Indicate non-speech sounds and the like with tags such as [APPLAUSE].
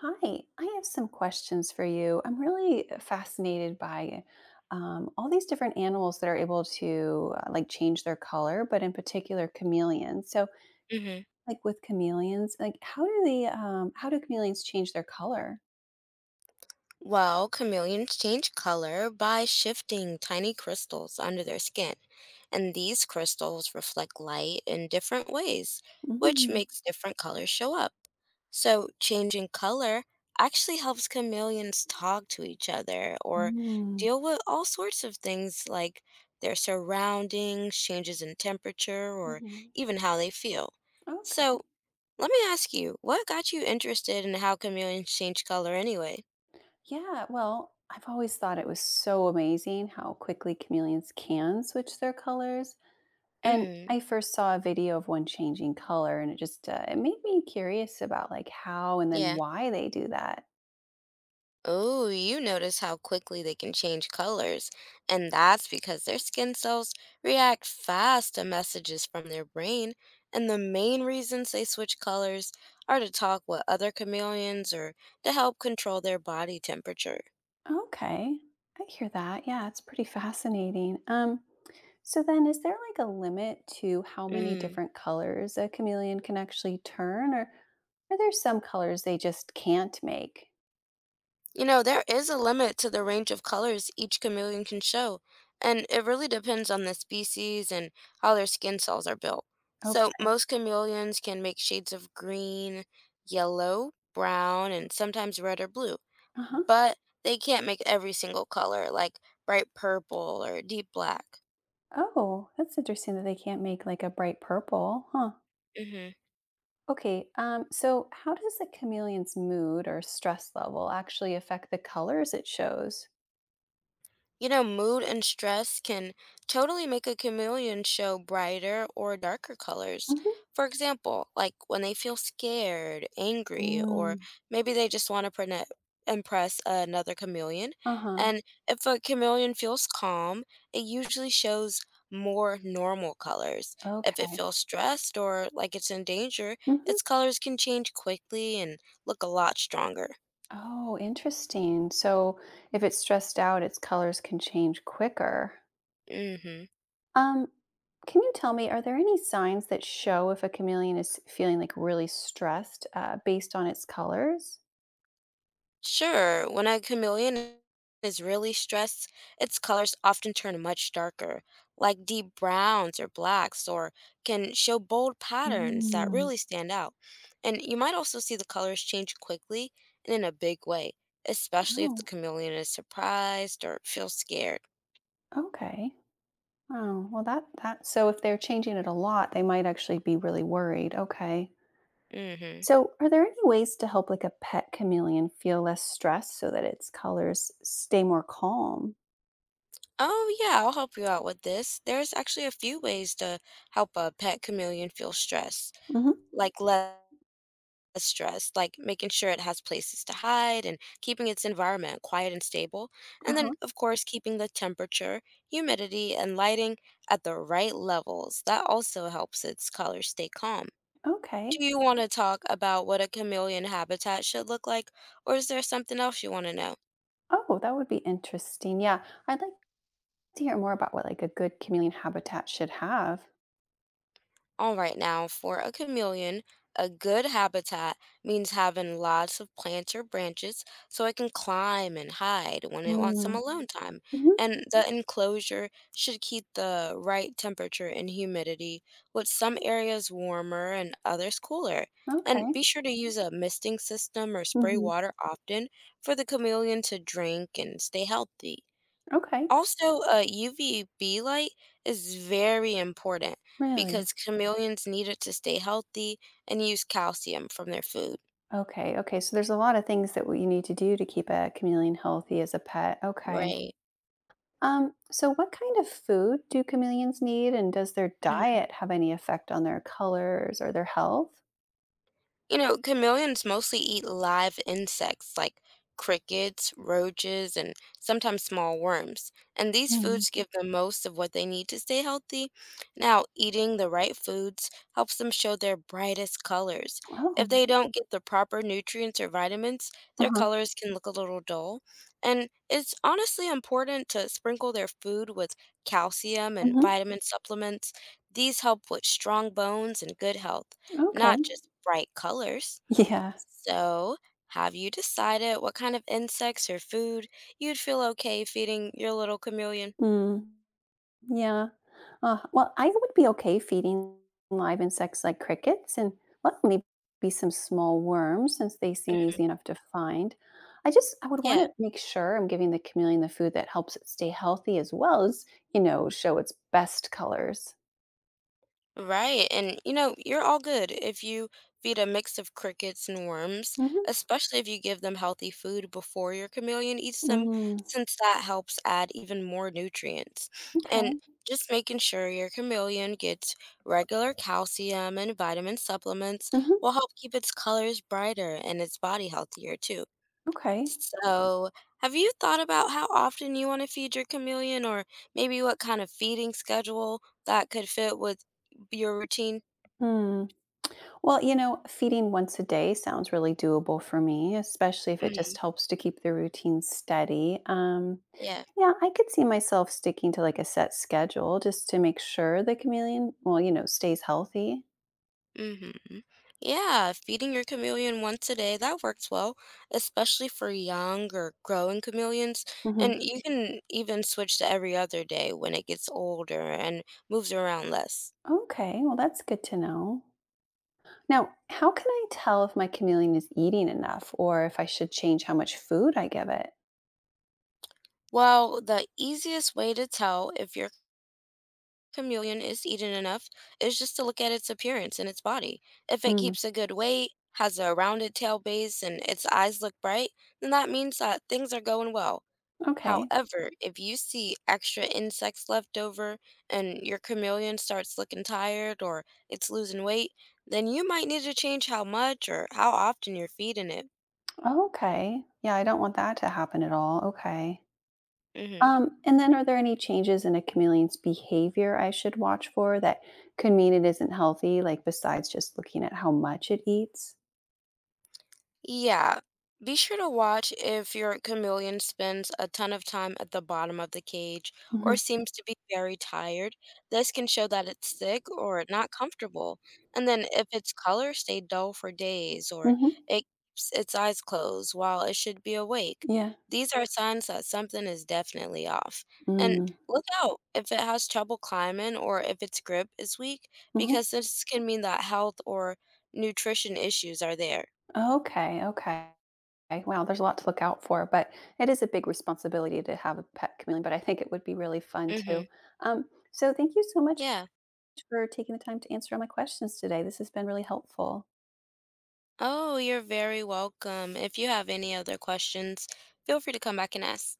Hi, I have some questions for you. I'm really fascinated by all these different animals that are able to like change their color, but in particular chameleons. So, Hmm. like with chameleons, like how do they how do chameleons change their color? Well, chameleons change color by shifting tiny crystals under their skin, and these crystals reflect light in different ways, which Mm, makes different colors show up. So, changing color actually helps chameleons talk to each other or mm, deal with all sorts of things like their surroundings, changes in temperature, or mhm. even how they feel. So, Okay. let me ask you, what got you interested in how chameleons change color anyway? Yeah. Well, I've always thought it was so amazing how quickly chameleons can switch their colors. And Mm-hmm. I first saw a video of one changing color and it just it made me curious about like how and then Yeah. why they do that. Oh, you notice how quickly they can change colors, and that's because their skin cells react fast to messages from their brain. And the main reasons they switch colors are to talk with other chameleons or to help control their body temperature. Okay. I hear that. Yeah, it's pretty fascinating. So then is there like a limit to how many Mm. different colors a chameleon can actually turn, or are there some colors they just can't make? You know, there is a limit to the range of colors each chameleon can show, and it really depends on the species and how their skin cells are built. So, Okay. most chameleons can make shades of green, yellow, brown, and sometimes red or blue, Uh-huh. but they can't make every single color, like bright purple or deep black. Oh, that's interesting that they can't make like a bright purple. Huh. Hmm. Okay, so how does a chameleon's mood or stress level actually affect the colors it shows? You know, mood and stress can totally make a chameleon show brighter or darker colors. Mhm. For example, like when they feel scared, angry, or Mm, maybe they just want to impress another chameleon. uh-huh. And if a chameleon feels calm, it usually shows more normal colors. If it Okay. feels stressed or like it's in danger, its Hmm. colors can change quickly and look a lot stronger. Oh, interesting. So if it's stressed out, its colors can change quicker. Mm hmm. Um, can you tell me, are there any signs that show if a chameleon is feeling like really stressed based on its colors? Sure, when a chameleon is really stressed, its colors often turn much darker, like deep browns or blacks, or can show bold patterns that Mm. really stand out. And you might also see the colors change quickly and in a big way, especially if the Oh, chameleon is surprised or feels scared. okay. Oh, well that so if they're changing it a lot, they might actually be really worried. Okay. Mm-hmm. So, are there any ways to help like a pet chameleon feel less stressed so that its colors stay more calm? Oh, yeah, I'll help you out with this. There's actually a few ways to help a pet chameleon feel stress, Hmm. like let as stress, like making sure it has places to hide and keeping its environment quiet and stable. And then, Uh-huh. of course, keeping the temperature, humidity, and lighting at the right levels. That also helps its colors stay calm. Okay. Do you want to talk about what a chameleon habitat should look like, or is there something else you want to know? Oh, that would be interesting. Yeah. I'd like to hear more about what like a good chameleon habitat should have. All right, now for a chameleon, a good habitat means having lots of plants or branches so it can climb and hide when it wants some Mm. alone time. Hmm. And the enclosure should keep the right temperature and humidity, with some areas warmer and others cooler. And Okay. be sure to use a misting system or spray Hmm. water often for the chameleon to drink and stay healthy. Okay. Also, UVB light is very important Really? because chameleons need it to stay healthy and use calcium from their food. Okay. Okay. So there's a lot of things that we- you need to do to keep a chameleon healthy as a pet. Okay. Right. So what kind of food do chameleons need, and does their diet have any effect on their colors or their health? You know, chameleons mostly eat live insects like crickets, roaches, and sometimes small worms. And these Mm. foods give them most of what they need to stay healthy. Now, eating the right foods helps them show their brightest colors. If Oh, they don't get the proper nutrients or vitamins, their uh-huh. colors can look a little dull. And it's honestly important to sprinkle their food with calcium and Hmm. vitamin supplements. These help with strong bones and good health, Okay. not [LAUGHS] just bright colors. Yeah. So, have you decided what kind of insects or food you'd feel okay feeding your little chameleon? Mm. Yeah. Well, I would be okay feeding live insects like crickets and, well, maybe some small worms since they seem Mhm. easy enough to find. I would Yeah. want to make sure I'm giving the chameleon the food that helps it stay healthy as well as, you know, show its best colors. Right. And you know, you're all good if you feed a mix of crickets and worms, Hmm. especially if you give them healthy food before your chameleon eats them, Mm. since that helps add even more nutrients. And Okay. just making sure your chameleon gets regular calcium and vitamin supplements Mhm. will help keep its colors brighter and its body healthier too. Okay. So, have you thought about how often you want to feed your chameleon or maybe what kind of feeding schedule that could fit with your routine? Hmm. Well, you know, feeding once a day sounds really doable for me, especially if it Mhm. just helps to keep the routine steady. Yeah. Yeah, I could see myself sticking to like a set schedule just to make sure the chameleon, well, you know, stays healthy. Mm-hmm. Yeah, feeding your chameleon once a day, that works well, especially for young or growing chameleons. Hmm. And you can even switch to every other day when it gets older and moves around less. Okay. Well, that's good to know. Now, how can I tell if my chameleon is eating enough or if I should change how much food I give it? Well, the easiest way to tell if your chameleon is eaten enough is just to look at its appearance and its body. If it Hmm. keeps a good weight, has a rounded tail base, and its eyes look bright, then that means that things are going well. Okay. However, if you see extra insects left over and your chameleon starts looking tired or it's losing weight, then you might need to change how much or how often you're feeding it. Okay. Yeah, I don't want that to happen at all. Okay. Mhm. And then are there any changes in a chameleon's behavior I should watch for that could mean it isn't healthy, like besides just looking at how much it eats? Yeah. Be sure to watch if your chameleon spends a ton of time at the bottom of the cage or Hmm. seems to be very tired. This can show that it's sick or not comfortable. And then if its color stayed dull for days or Hmm. it keeps its eyes closed while it should be awake, Yeah. these are signs that something is definitely off. And Mm-hmm. look out if it has trouble climbing or if its grip is weak, because this can mean that health or nutrition issues are there. Okay. Okay. Wow, there's a lot to look out for, but it is a big responsibility to have a pet chameleon, but I think it would be really fun Hmm. too. Um, so thank you so much Yeah. for taking the time to answer all my questions today. This has been really helpful. Oh, you're very welcome. If you have any other questions, feel free to come back and ask.